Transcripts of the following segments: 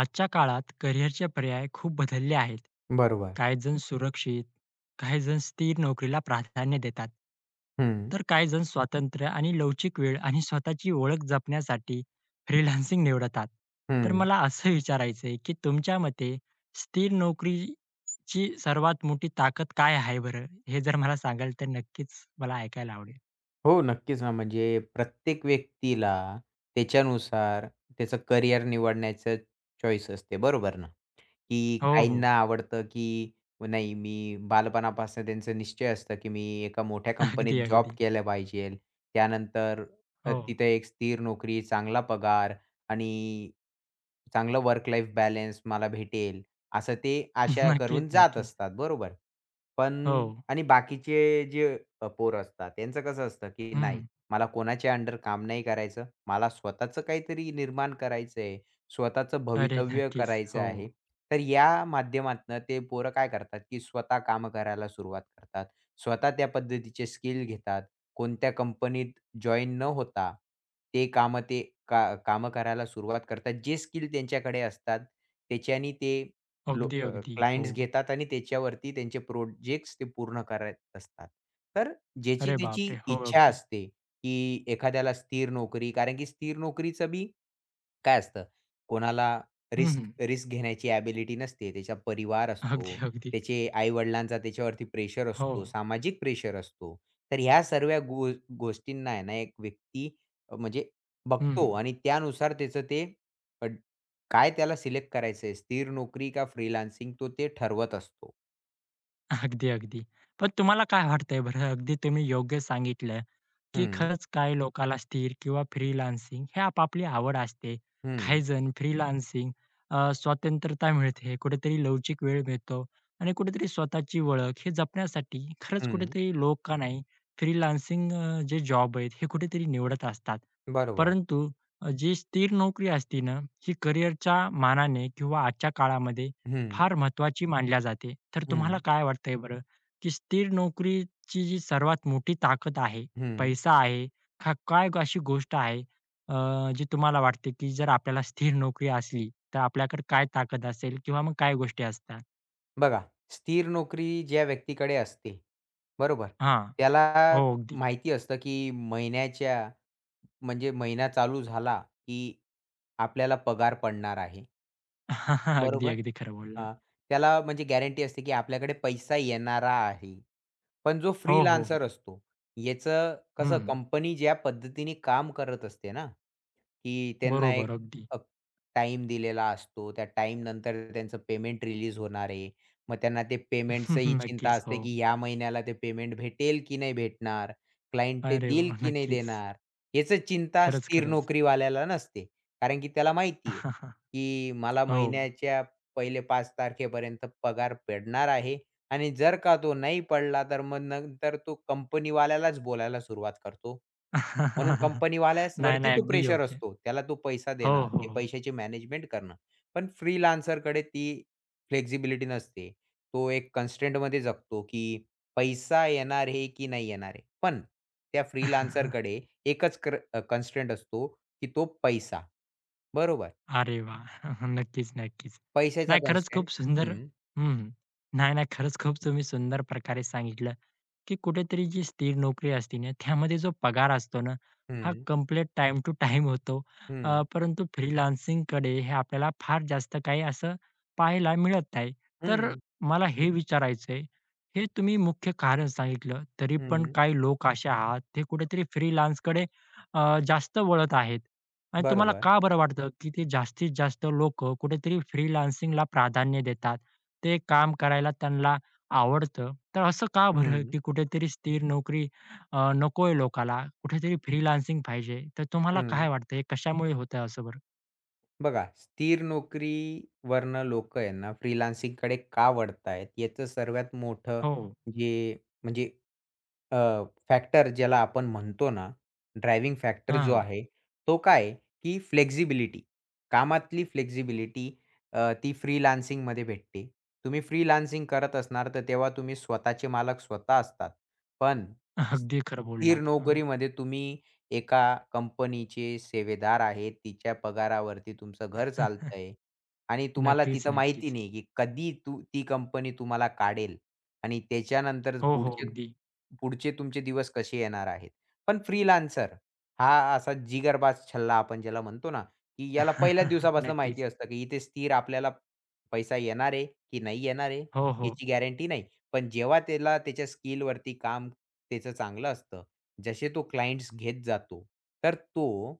आजच्या काळात करिअरचे पर्याय खूप बदलले आहेत. बरोबर. काही जण सुरक्षित, काही जण स्थिर नोकरीला प्राधान्य देतात. हं, तर काही जण स्वातंत्र्य आणि लवचिक वेळ आणि स्वतःची ओळख जपण्यासाठी फ्रीलान्सिंग निवडतात. तर हं. मला असं विचारायचं आहे, की तुमच्या मते स्थिर नोकरीची सर्वात मोठी ताकद काय आहे बरं? हे जर मला सांगाल तर नक्कीच मला ऐकायला आवडेल. हो, नक्कीच ना. म्हणजे प्रत्येक व्यक्तीला त्याच्यानुसार त्याचं करियर निवडण्याचं चॉईस असते, बरोबर ना? की हो, हो. काहींना आवडतं, की नाही मी बालपणापासून त्यांचं निश्चय असतं, की मी एका मोठ्या अगदी, कंपनीत जॉब अगदी. केला पाहिजेल. त्यानंतर हो. तिथे एक स्थिर नोकरी, चांगला पगार आणि चांगलं वर्क लाईफ बॅलन्स मला भेटेल, असं ते आशा नक्कीच, करून जात नक्कीच. असतात, बरोबर? हो. पण. आणि बाकीचे जे पोरं असतात, त्यांचं कसं असतं, की हं. नाही मला कोणाच्या अंडर काम नाही करायचं. मला स्वतःचं काहीतरी निर्माण करायचं आहे. स्वतःचं अरे, भवितव्य नक्कीच. करायचं हो. आहे. तर या माध्यमातनं ते पोरं काय करतात, की स्वतः कामं करायला सुरुवात करतात. स्वतः त्या पद्धतीचे स्किल घेतात. कोणत्या कंपनीत जॉइन न होता, ते कामं ते का कामं करायला सुरुवात करतात. जे स्किल त्यांच्याकडे असतात, त्याच्याने ते लो अगदी, अ, अगदी. हो. क्लायंट्स घेतात आणि त्याच्यावरती त्यांचे प्रोजेक्ट्स ते पूर्ण करत असतात. तर ज्याची अरे त्याची बापरे! हो, इच्छा अगदी. असते, की एखाद्याला स्थिर नोकरी कारण की स्थिर नोकरीचं बी काय असतं, कोणाला हं, रिस्क हं. रिस्क घेण्याची ॲबिलिटी नसते. त्याचा परिवार अगदी, असतो, अगदी. त्याचे आई-वडिलांचा त्याच्यावरती प्रेशर हो. असतो, सामाजिक प्रेशर असतो. तर ह्या सर्व गोष्टींना आहे ना, एक व्यक्ती म्हणजे हं. बघतो आणि त्यानुसार त्याचं ते अ, काय त्याला सिलेक्ट करायचं आहे, स्थिर नोकरी का फ्रीलान्सिंग तो ते ठरवत असतो. अगदी, अगदी. पण तुम्हाला काय वाटतंय बरं? अगदी तुम्ही योग्य सांगितलं, की हं, खरंच काही लोकाला स्थिर किंवा फ्रीलान्सिंग हे आपापली आवड असते. हं, काही जण फ्रीलान्सिंग स्वतंत्रता मिळते, कुठेतरी लवचिक वेळ मिळतो आणि कुठेतरी स्वतःची ओळख हे जपण्यासाठी खरंच हं. कुठेतरी लोक का नाही फ्रीलान्सिंग जे जॉब आहेत हे कुठेतरी निवडत असतात. बरोबर. परंतु जी स्थिर नोकरी असते ना, ही करिअरच्या मानाने किंवा आजच्या काळामध्ये हं. फार महत्त्वाची मानल्या जाते. तर हं, तुम्हाला काय वाटतंय बरं, की स्थिर नोकरीची जी सर्वात मोठी ताकद आहे, हं. पैसा आहे, का काय अशी गोष्ट आहे, अ, जी तुम्हाला वाटते, की जर आपल्याला स्थिर नोकरी असली, तर आपल्याकडे काय ताकद असेल किंवा मग काय गोष्टी असतात? बघा, स्थिर नोकरी ज्या व्यक्तीकडे असते, बरोबर? हां. त्याला हो, अगदी. माहिती असतं, की महिन्याच्या म्हणजे महिना चालू झाला, की आपल्याला पगार पडणार आहे, अगदी, बरोबर? अगदी खरं बोललात. हां, त्याला म्हणजे गॅरंटी असते, की आपल्याकडे पैसा येणारा आहे. पण जो हो, हो, फ्रीलान्सर हो. असतो, याचं कसं हं. कंपनी ज्या पद्धतीने काम करत असते ना, की त्यांना बरोबर, एक अगदी. टाइम टाईम दिलेला असतो. त्या टाइम नंतर त्यांचं पेमेंट रिलीज होणार आहे. मग त्यांना ते पेमेंटचीही चिंता नक्कीच. हो. असते, की ह्या महिन्याला ते पेमेंट भेटेल की नाही भेटणार? क्लायंट ते अरे देईल वाह! की नाही नक्कीच. देणार? याचं चिंता खरंच, स्थिर खरंच. नोकरीवाल्याला नसते. कारण की त्याला माहिती आहे, की मला हो. महिन्याच्या पहिले 5 तारखेपर्यंत पगार पडणार आहे. आणि जर का तो नाही पडला, तर मग नंतर तो कंपनीवाल्यालाच बोलायला सुरुवात करतो. म्हणून नाही, कंपनीवाल्यावरती नाही. तो अगदी प्रेशर योग्य. असतो. त्याला तो पैसा हो, देणं, हो, ते हो. पैशाची मॅनेजमेंट करणं. पण फ्रीलान्सरकडे ती फ्लेक्सिबिलिटी नसते. तो एक कन्स्ट्रेंटमध्ये जगतो, की पैसा येणार आहे की नाही येणार आहे. पण त्या फ्रीलान्सरकडे एकच असतो, की तो पैसा. बरोबर. अरे वाह! नक्कीच, नक्कीच. पैशाचा नाही खरंच कन्स्ट्रेंट. खूप सुंदर हं, हं. नाही, नाही. खरंच खूप तुम्ही सुंदर प्रकारे सांगितलं, की कुठेतरी जी स्थिर नोकरी असते ना, त्यामध्ये जो पगार असतो ना, हा हं, कंप्लीट टाइम टू टाइम होतो. हं, परंतु फ्रीलान्सिंगकडे हे आपल्याला फार जास्त काही असं पाहायला मिळत नाही. तर हं, मला हे विचारायचं हे तुम्ही मुख्य कारण सांगितलं, तरी पण हं. काही लोक असे आहात, ते कुठेतरी फ्रीलान्सकडे जास्त वळत आहेत. आणि तुम्हाला बरोबर. का बरं वाटतं, की ते जास्तीत जास्त लोकं कुठेतरी फ्रीलान्सिंगला प्राधान्य देतात? ते काम करायला त्यांना आवडतं. तर असं का बरं, हं. की कुठेतरी स्थिर नोकरी नकोय लोकाला, कुठेतरी फ्रीलान्सिंग पाहिजे? तर तुम्हाला हं. काय वाटतं, हे कशामुळे होतं असं बरं? बघा, स्थिर नोकरीवरनं लोकं आहे ना, फ्रीलान्सिंगकडे का वळतायत? याचं सर्वात मोठं हो. जे म्हणजे अ, फॅक्टर ज्याला आपण म्हणतो ना, ड्रायव्हिंग फॅक्टर जो हां. आहे, तो काय आहे, की फ्लेक्सिबिलिटी. कामातली फ्लेक्सिबिलिटी ती फ्रीलान्सिंगमध्ये भेटते. तुम्ही फ्रीलान्सिंग करत असणार, तर तेव्हा तुम्ही स्वतःचे मालक स्वतः असतात. पण अगदी खरं स्थिर बोललात. हां. नोकरीमध्ये तुम्ही एका कंपनीचे सेवेदार आहेत, तिच्या पगारावरती तुमचं घर चालतंय आणि तुम्हाला नक्कीच, तिथं माहिती नक्कीच. नाही, की कधी तू ती कंपनी तुम्हाला काढेल आणि त्याच्यानंतर हो, हो. पुढचे अगदी. पुढचे तुमचे दिवस कसे येणार आहेत. पण फ्रीलान्सर हा असा जिगरबाज छल्ला आपण ज्याला म्हणतो ना, की याला पहिल्याच दिवसापासून माहिती नक्कीच. असतं, की इथे स्थिर आपल्याला पैसा येणार आहे, की नाही येणार आहे, हो, हो. याची गॅरंटी नाही. पण जेव्हा त्याला त्याच्या स्किलवरती काम त्याचं चांगलं असतं जसे तो क्लायंट्स घेत जातो, तर तो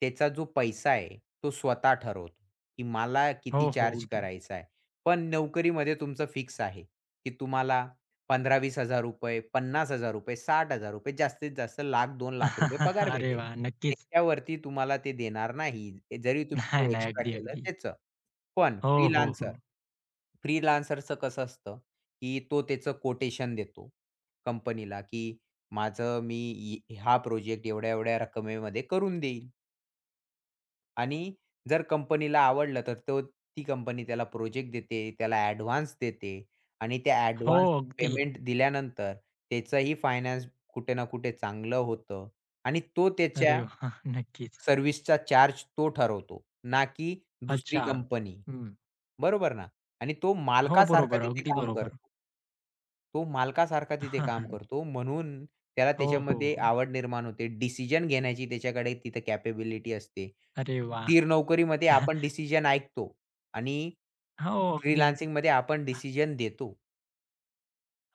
त्याचा जो पैसा आहे, तो स्वतः ठरवतो, की मला हो, किती हो. चार्ज अगदी. करायचा आहे. पण नोकरीमध्ये तुमचं फिक्स आहे, की तुम्हाला ₹15,000-20,000, ₹50,000, ₹60,000 जास्तीत जास्त ₹1,00,000-2,00,000 पगार अरे भेटेल. वाह! नक्कीच. त्याच्यावरती तुम्हाला ते देणार नाही. जरी नाही, तुम्ही नाही. एक्स्ट्रा अगदी, केलं अगदी. त्याचं. पण हो, हो, फ्रीलान्सर, हो. फ्रीलान्सरचं कसं असतं, की तो त्याचं कोटेशन देतो कंपनीला, की माझं मी हा प्रोजेक्ट एवढ्या-एवढ्या रकमेमध्ये करून देईल आणि जर कंपनीला आवडलं तर तो ती कंपनी त्याला प्रोजेक्ट देते, त्याला ॲडव्हान्स देते आणि त्या हो, ॲडव्हान्स अगदी. पेमेंट दिल्यानंतर त्याचंही फायनान्स कुठे ना कुठे चांगलं होतं आणि तो अरे त्याच्या वा, नक्कीच. सर्व्हिसचा चार्ज तो ठरवतो, ना की दुसरी अच्छा. कंपनी. हं. बरोबर ना? आणि तो हो, मालकासारखा बरोबर. तिथे अगदी काम बरोबर. करतो. तो मालकासारखा तिथे काम करतो म्हणून त्याला हो, हो, त्याच्यामध्ये हो. आवड निर्माण होते. डिसिजन घेण्याची त्याच्याकडे तिथे कॅपेबिलिटी असते. अरे वा, स्थिर नोकरीमध्ये आपण डिसिजन ऐकतो आणि हो, अगदी. फ्रीलान्सिंगमध्ये आपण डिसिजन देतो.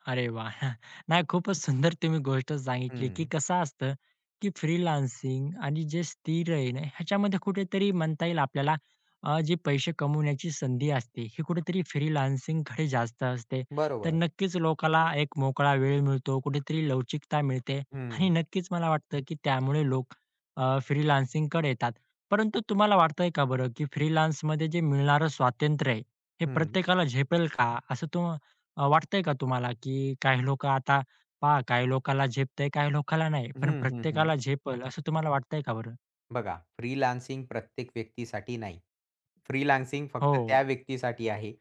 अरे वा, नाही खूपच सुंदर तुम्ही गोष्ट सांगितली, की हं, कसं असतं, की फ्रीलान्सिंग आणि जे स्थिर आहे ना, ह्याच्यामध्ये कुठेतरी म्हणता येईल आपल्याला जी पैसे कमवण्याची संधी असते, ही कुठेतरी फ्रीलान्सिंगकडे जास्त असते. तर बरोबर. नक्कीच लोकाला एक मोकळा वेळ मिळतो, कुठेतरी लवचिकता मिळते आणि हं, नक्कीच मला वाटतं, की त्यामुळे लोक फ्रीलान्सिंगकडे येतात. परंतु तुम्हाला वाटतंय का बरं, की फ्रीलान्समध्ये जे मिळणारं स्वातंत्र्य आहे, हे हं. प्रत्येकाला झेपेल का? वाटतंय का तुम्हाला, की काही लोकं आता पहा काही लोकाला झेपतंय, काही लोकाला नाही. पण हं, हं, हं. प्रत्येकाला झेपेल असं तुम्हाला वाटतंय का बरं? बघा फ्रीलान्सिंग प्रत्येक व्यक्तीसाठी नाही. फ्रीलान्सिंग फक्त हो. त्या व्यक्तीसाठी आहे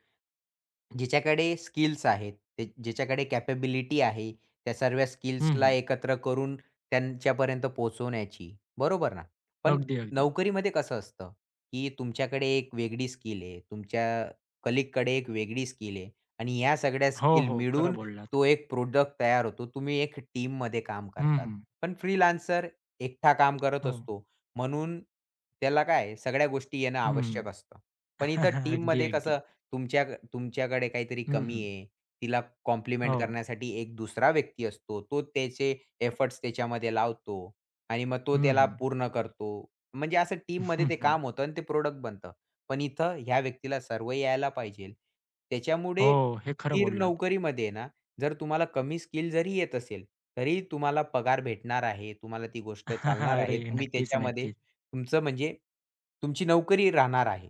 जिच्याकडे स्किल्स आहेत, ते ज्याच्याकडे कॅपॅबिलिटी आहे, त्या सर्व हं, स्किल्सला हं. एकत्र करून त्यांच्यापर्यंत पोहोचवण्याची, बरोबर ना? पण अगदी, अगदी. नोकरीमध्ये कसं असतं, की तुमच्याकडे एक वेगळी स्किल आहे, तुमच्या कलीगकडे एक वेगळी स्किल आहे आणि ह्या सगळ्या हो, स्किल हो. खरं मिळून बोललात. तो एक प्रॉडक्ट तयार होतो. तुम्ही एक टीममध्ये काम हं, करतात. हं. पण फ्रीलान्सर एकटा काम करत हो. असतो. म्हणून त्याला काय आहे, सगळ्या गोष्टी येणं हं. आवश्यक असतं. पण इथं अगदी, टीममध्ये अगदी. कसं तुमच्या तुमच्याकडे काहीतरी हं, कमी हं. आहे, तिला कॉम्प्लिमेंट हो. करण्यासाठी एक दुसरा व्यक्ती असतो. तो त्याचे एफर्ट्स त्याच्यामध्ये लावतो आणि मग तो हं, त्याला हं. पूर्ण करतो. म्हणजे असं टीममध्ये ते काम होतं आणि ते प्रॉडक्ट बनतं. पण इथं ह्या व्यक्तीला सर्व यायला पाहिजे. हो. त्याच्यामुळे हे खरं स्थिर बोललात. नोकरीमध्ये ना, जर तुम्हाला कमी स्किल जरी येत असेल, तरी तुम्हाला पगार भेटणार आहे. तुम्हाला ती गोष्ट चालणार अरे, आहे. तुम्ही नक्कीच, त्याच्यामध्ये नक्कीच. तुमचं म्हणजे तुमची नोकरी राहणार आहे.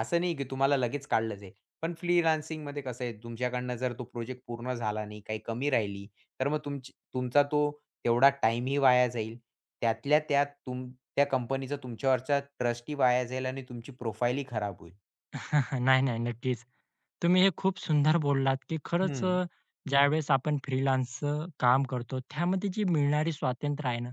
असं नाही की तुम्हाला लगेच काढलं जाईल. पण फ्रीलान्सिंगमध्ये कसं आहे, तुमच्याकडनं जर तो प्रोजेक्ट पूर्ण झाला नाही, काही कमी राहिली, तर मग तुमचा तो तेवढा टाईमही वाया जाईल. त्यातल्या त्यात त्या कंपनीचा तुमच्यावरचा ट्रस्टही वाया जाईल आणि तुमची प्रोफाईलही खराब होईल. नाही, नाही. नक्कीच. तुम्ही हे खूप सुंदर बोललात, की खरंच हं, ज्यावेळेस आपण फ्रीलान्सचं काम करतो, त्यामध्ये जी मिळणारी स्वातंत्र्य आहे ना,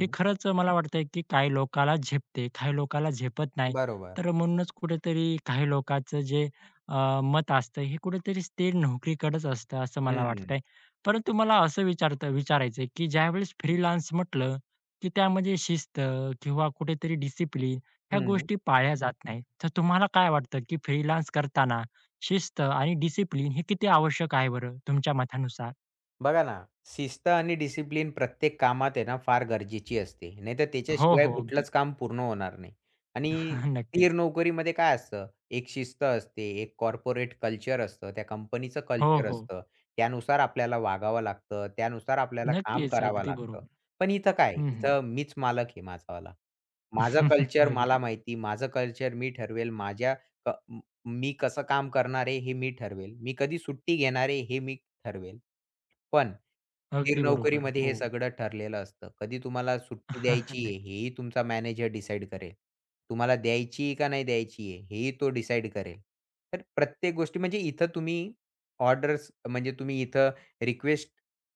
हे खरंच मला वाटतंय, की काही लोकाला झेपते, काही लोकाला झेपत नाही. बरोबर. तर म्हणूनच कुठेतरी काही लोकांचं जे अ, मत असतं, हे कुठेतरी स्थिर नोकरीकडेच असतं, असं मला हं, वाटतंय. परंतु मला असं विचारायचं की ज्यावेळेस फ्रीलान्स म्हटलं, की त्यामध्ये शिस्त किंवा कुठेतरी डिसिप्लिन ह्या हं. गोष्टी पाळल्या जात नाहीत. तर तुम्हाला काय वाटतं, की फ्रीलान्स करताना शिस्त आणि डिसिप्लिन हे किती आवश्यक आहे बरं तुमच्या मतानुसार? बघा ना, शिस्त आणि डिसिप्लिन प्रत्येक कामात आहे ना फार गरजेची असते. नाहीतर हो, त्याच्याशिवाय हो. अगदी. कुठलंच काम पूर्ण होणार नाही. आणि स्थिर नक्कीच. नोकरीमध्ये काय असतं, एक शिस्त असते, एक कॉर्पोरेट कल्चर असतं, त्या कंपनीचं हो, कल्चर हो. असतं. त्यानुसार आपल्याला वागावं लागतं, त्यानुसार आपल्याला काम नक्कीच. करावं अगदी लागतं. बरोबर. पण इथं काय, हं, हं. इथं मीच मालक आहे माझावाला. माझं कल्चर मला अगदी. माहिती, माझं कल्चर मी ठरवेल, माझ्या क म मी कसं काम करणार आहे हे मी ठरवेल. मी कधी सुट्टी घेणार आहे हे मी ठरवेल. पण स्थिर अगदी बरोबर. नोकरीमध्ये हो. हे सगळं ठरलेलं असतं. कधी तुम्हाला सुट्टी द्यायची आहे नक्की. हेही तुमचा मॅनेजर डिसाईड करेल. तुम्हाला द्यायची आहे का नाही द्यायची आहे हेही तो डिसाईड करेल. तर प्रत्येक गोष्टी म्हणजे इथं तुम्ही ऑर्डर्स म्हणजे तुम्ही इथं रिक्वेस्ट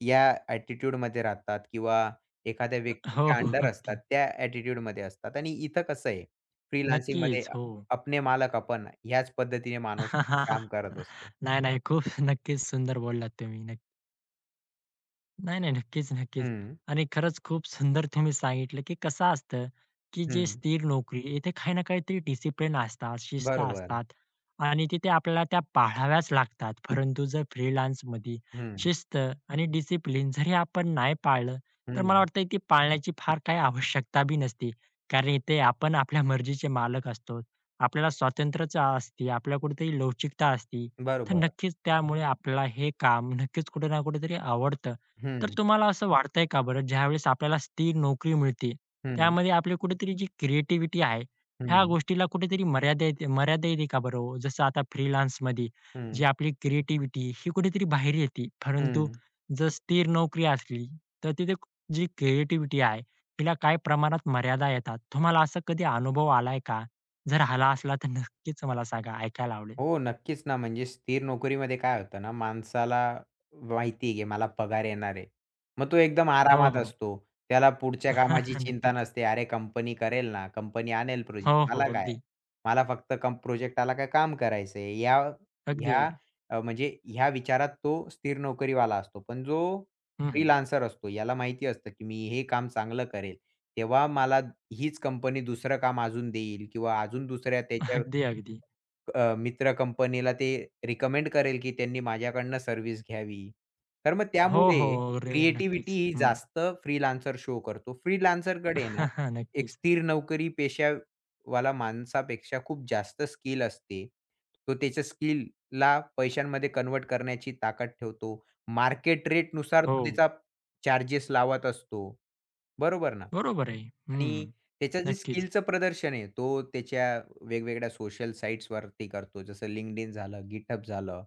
या ॲटिट्यूडमध्ये राहतात किंवा एखाद्या हो, व्यक्तीच्या हो. अंडर असतात, अगदी. त्या ॲटिट्यूडमध्ये असतात आणि इथं कसं आहे, फ्रीलान्सिंगमध्ये नक्कीच. हो. अपने मालक अपन ह्याच पद्धतीने माणूस काम करत असतो. नाही, नाही. खूप नक्कीच सुंदर बोललात तुम्ही. नक्की. नाही, नाही. नक्कीच, नक्कीच. हं, आणि खरंच खूप सुंदर तुम्ही सांगितलं, की कसं असतं, की जे हं. स्थिर नोकरी इथे काही ना काहीतरी डिसिप्लिन असतात, शिस्त बरोबर. असतात आणि तिथे आपल्याला त्या पाळाव्याच लागतात. परंतु जर फ्रीलान्समध्ये हं, शिस्त आणि डिसिप्लिन जरी आपण नाही पाळलं, तर मला हं. वाटतं ती पाळण्याची फार काही आवश्यकता बी नसते. कारण इथे आपण आपल्या मर्जीचे मालक असतो. आपल्याला स्वातंत्र्यता असते, आपल्याला कुठेतरी लवचिकता असते. तर बरोबर. नक्कीच त्यामुळे आपल्याला हे काम नक्कीच कुठे ना कुठेतरी आवडतं. तर हं, तुम्हाला असं वाटतंय का बरं, ज्यावेळेस आपल्याला स्थिर नोकरी मिळते, हं, त्यामध्ये आपली कुठेतरी जी क्रिएटिव्हिटी आहे, ह्या हं, गोष्टीला कुठेतरी मर्यादा येते का बरं हो? जसं आता फ्रीलान्समध्ये जी हं, आपली क्रिएटिव्हिटी ही कुठेतरी बाहेर येते. परंतु हं. जर स्थिर नोकरी असली, तर तिथे जी क्रिएटिव्हिटी आहे, तिला काही प्रमाणात मर्यादा येतात. तुम्हाला असा कधी अनुभव आलाय का? जर आला असला तर नक्कीच मला सांगा, ऐकायला आवडेल. हो, नक्कीच ना. म्हणजे स्थिर नोकरीमध्ये काय होतं ना, माणसाला माहिती आहे, की मला पगार येणार आहे. मग तो एकदम हो, आरामात हो. असतो. त्याला पुढच्या कामाची चिंता नक्कीच. नसते. अरे, कंपनी करेल ना, कंपनी आणेल हो, प्रोजेक्ट. हो. मला काय? अगदी. मला फक्त प्रोजेक्ट आला का काम करायचं आहे. अगदी, ह्या अगदी. म्हणजे ह्या विचारात तो स्थिर नोकरीवाला असतो. पण जो हं, हं. फ्रीलान्सर असतो, याला माहिती असतं, की मी हे काम चांगलं करेल, तेव्हा मला हीच कंपनी दुसरं काम अजून देईल किंवा अजून दुसऱ्या त्याच्या अगदी, अगदी. मित्र कंपनीला ते रिकमेंड करेल, की त्यांनी माझ्याकडनं सर्व्हिस घ्यावी. तर मग हो, त्यामुळे हो. अरे क्रिएटिव्हिटी नक्कीच. ही हं. जास्त फ्रीलान्सर शो करतो. फ्रीलान्सरकडे ना, एक नक्कीच. स्थिर नोकरी पेशावाला माणसापेक्षा खूप जास्त स्किल असते. तो त्याच्या स्किलला पैशांमध्ये कन्व्हर्ट करण्याची ताकद ठेवतो. मार्केट रेटनुसार हो, तो त्याचा चार्जेस लावत असतो. बरोबर ना. बरोबर आहे. आणि हं. त्याचं जे नक्कीच. स्किलचं प्रदर्शन आहे, तो त्याच्या वेगवेगळ्या सोशल साइट्सवरती करतो. जसं LinkedIn झालं, GitHub झालं.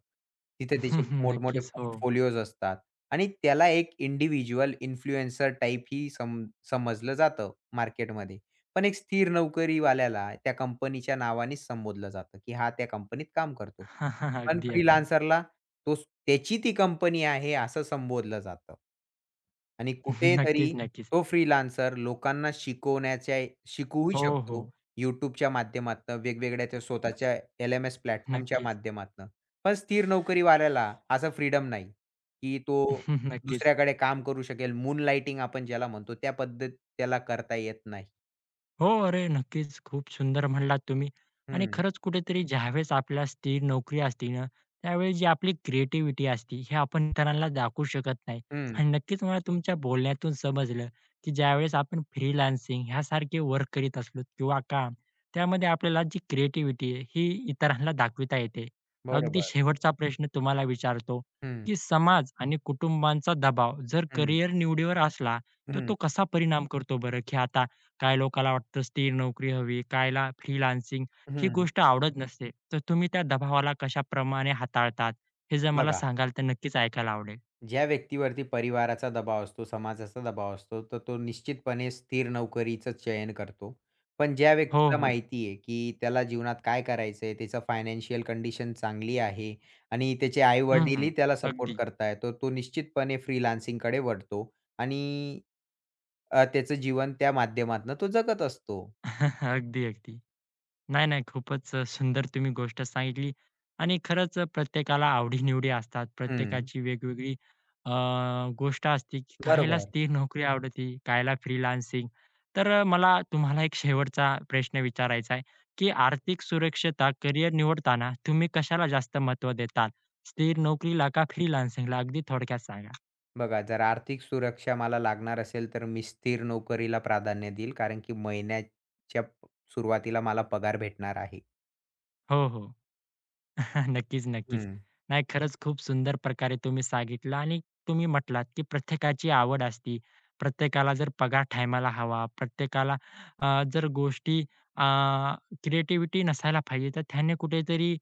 तिथे त्याचे मोठमोठे नक्कीच. हो. पोर्टफोलिओज असतात आणि त्याला एक इंडिव्हिज्युअल इन्फ्लुएन्सर टाइप ही समजलं जातं मार्केटमध्ये. पण एक स्थिर नोकरीवाल्याला त्या कंपनीच्या नावानेच संबोधलं जातं, की हा त्या कंपनीत काम करतो. पण अगदी, अगदी. फ्रीलान्सरला तो त्याची ती कंपनी आहे असं संबोधलं जातं. आणि नक्कीच, कुठेतरी नक्कीच. तो फ्रीलान्सर लोकांना शिकवूही हो, शकतो हो. YouTubeच्या माध्यमातनं, वेगवेगळ्या त्या स्वतःच्या LMS प्लॅटफॉर्मच्या नक्कीच. माध्यमातनं. पण स्थिर नोकरीवाल्याला असा फ्रीडम नाही, की तो नक्कीच. दुसऱ्याकडे काम करू शकेल. मून लाइटिंग आपण ज्याला म्हणतो त्या पद्धत त्याला करता येत नाही. हो, अरे नक्कीच. खूप सुंदर म्हणलात तुम्ही आणि हं, खरंच कुठेतरी ज्यावेळेस आपल्याला स्थिर नोकरी असते ना, त्यावेळेस जी आपली क्रिएटिव्हिटी असते, हे आपण इतरांना दाखवू शकत नाही. हं. आणि नक्कीच मला तुमच्या बोलण्यातून समजलं, की ज्यावेळेस आपण फ्रीलान्सिंग ह्यासारखे वर्क करीत असलो किंवा काम, त्यामध्ये आपल्याला जी क्रिएटिव्हिटी आहे, ही इतरांना दाखविता येते. अगदी बरोबर. शेवटचा प्रश्न तुम्हाला विचारतो, हं, की समाज आणि कुटुंबाचा दबाव जर हं, करिअर निवडीवर असला, तर हं, तो कसा परिणाम करतो बरं? की आता काही लोकाला वाटतं स्थिर नोकरी हवी, कायला फ्रीलान्सिंग ही हं. गोष्ट आवडत नसते. तर तुम्ही त्या दबावाला कशाप्रमाणे हाताळतात, हे जर मला बघा. सांगाल तर नक्कीच ऐकायला आवडेल. ज्या व्यक्तीवरती परिवाराचा दबाव असतो, समाजाचा दबाव असतो, तर तो निश्चितपणे स्थिर नोकरीचं चयन करतो. पण ज्या हो, व्यक्तीला हो. माहिती आहे, की त्याला जीवनात काय करायचं आहे, त्याचं फायनान्शियल कंडिशन चांगली आहे आणि त्याचे हं, हं. आई-वडीलही त्याला सपोर्ट अगदी. करतायत, तर तो निश्चितपणे फ्रीलान्सिंगकडे वळतो आणि त्याचं जीवन त्या माध्यमातून तो जगत असतो. अगदी, अगदी. नाही, नाही. खूपच सुंदर तुम्ही गोष्ट सांगितली आणि खरंच प्रत्येकाला आवडी-निवडी असतात. हं, प्रत्येकाची वेगवेगळी अ, गोष्ट असते, की काहीला बरोबर. स्थिर नोकरी आवडते, काहीला फ्रीलान्सिंग. तर मला तुम्हाला एक शेवटचा प्रश्न विचारायचा आहे, की आर्थिक सुरक्षता करिअर निवडताना तुम्ही कशाला जास्त महत्त्व देता? स्थिर नोकरीला का फ्रीलान्सिंगला? अगदी थोडक्यात सांगा. बघा, जर आर्थिक सुरक्षा मला लागणार असेल, तर मी स्थिर नोकरीला प्राधान्य देईल. कारण की महिन्याच्या सुरुवातीला मला पगार भेटणार आहे. हो, हो. नक्कीच, नक्कीच. हं. नाही, खरंच खूप सुंदर प्रकारे तुम्ही सांगितलं आणि तुम्ही म्हटलात, की प्रत्येकाची आवड असते. प्रत्येकाला जर पगार टायमाला हवा, प्रत्येकाला जर गोष्टी क्रिएटिव्हिटी नसायला पाहिजे, तर त्याने कुठेतरी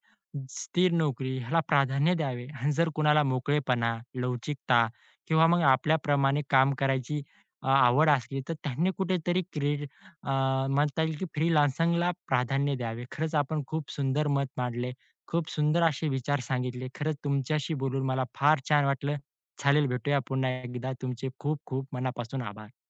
स्थिर नोकरी ह्याला प्राधान्य द्यावे आणि जर कुणाला मोकळेपणा, लवचिकता किंवा मग आपल्याप्रमाणे काम करायची आवड असली, तर त्यांनी कुठेतरी म्हणता येईल, की फ्रीलान्सिंगला प्राधान्य द्यावे. खरंच आपण खूप सुंदर मत मांडले खूप सुंदर असे विचार सांगितले. खरंच तुमच्याशी बोलून मला फार छान वाटलं. चालेल भेटूया पुन्हा एकदा. तुमचे खूप खूप मनापासून आभार.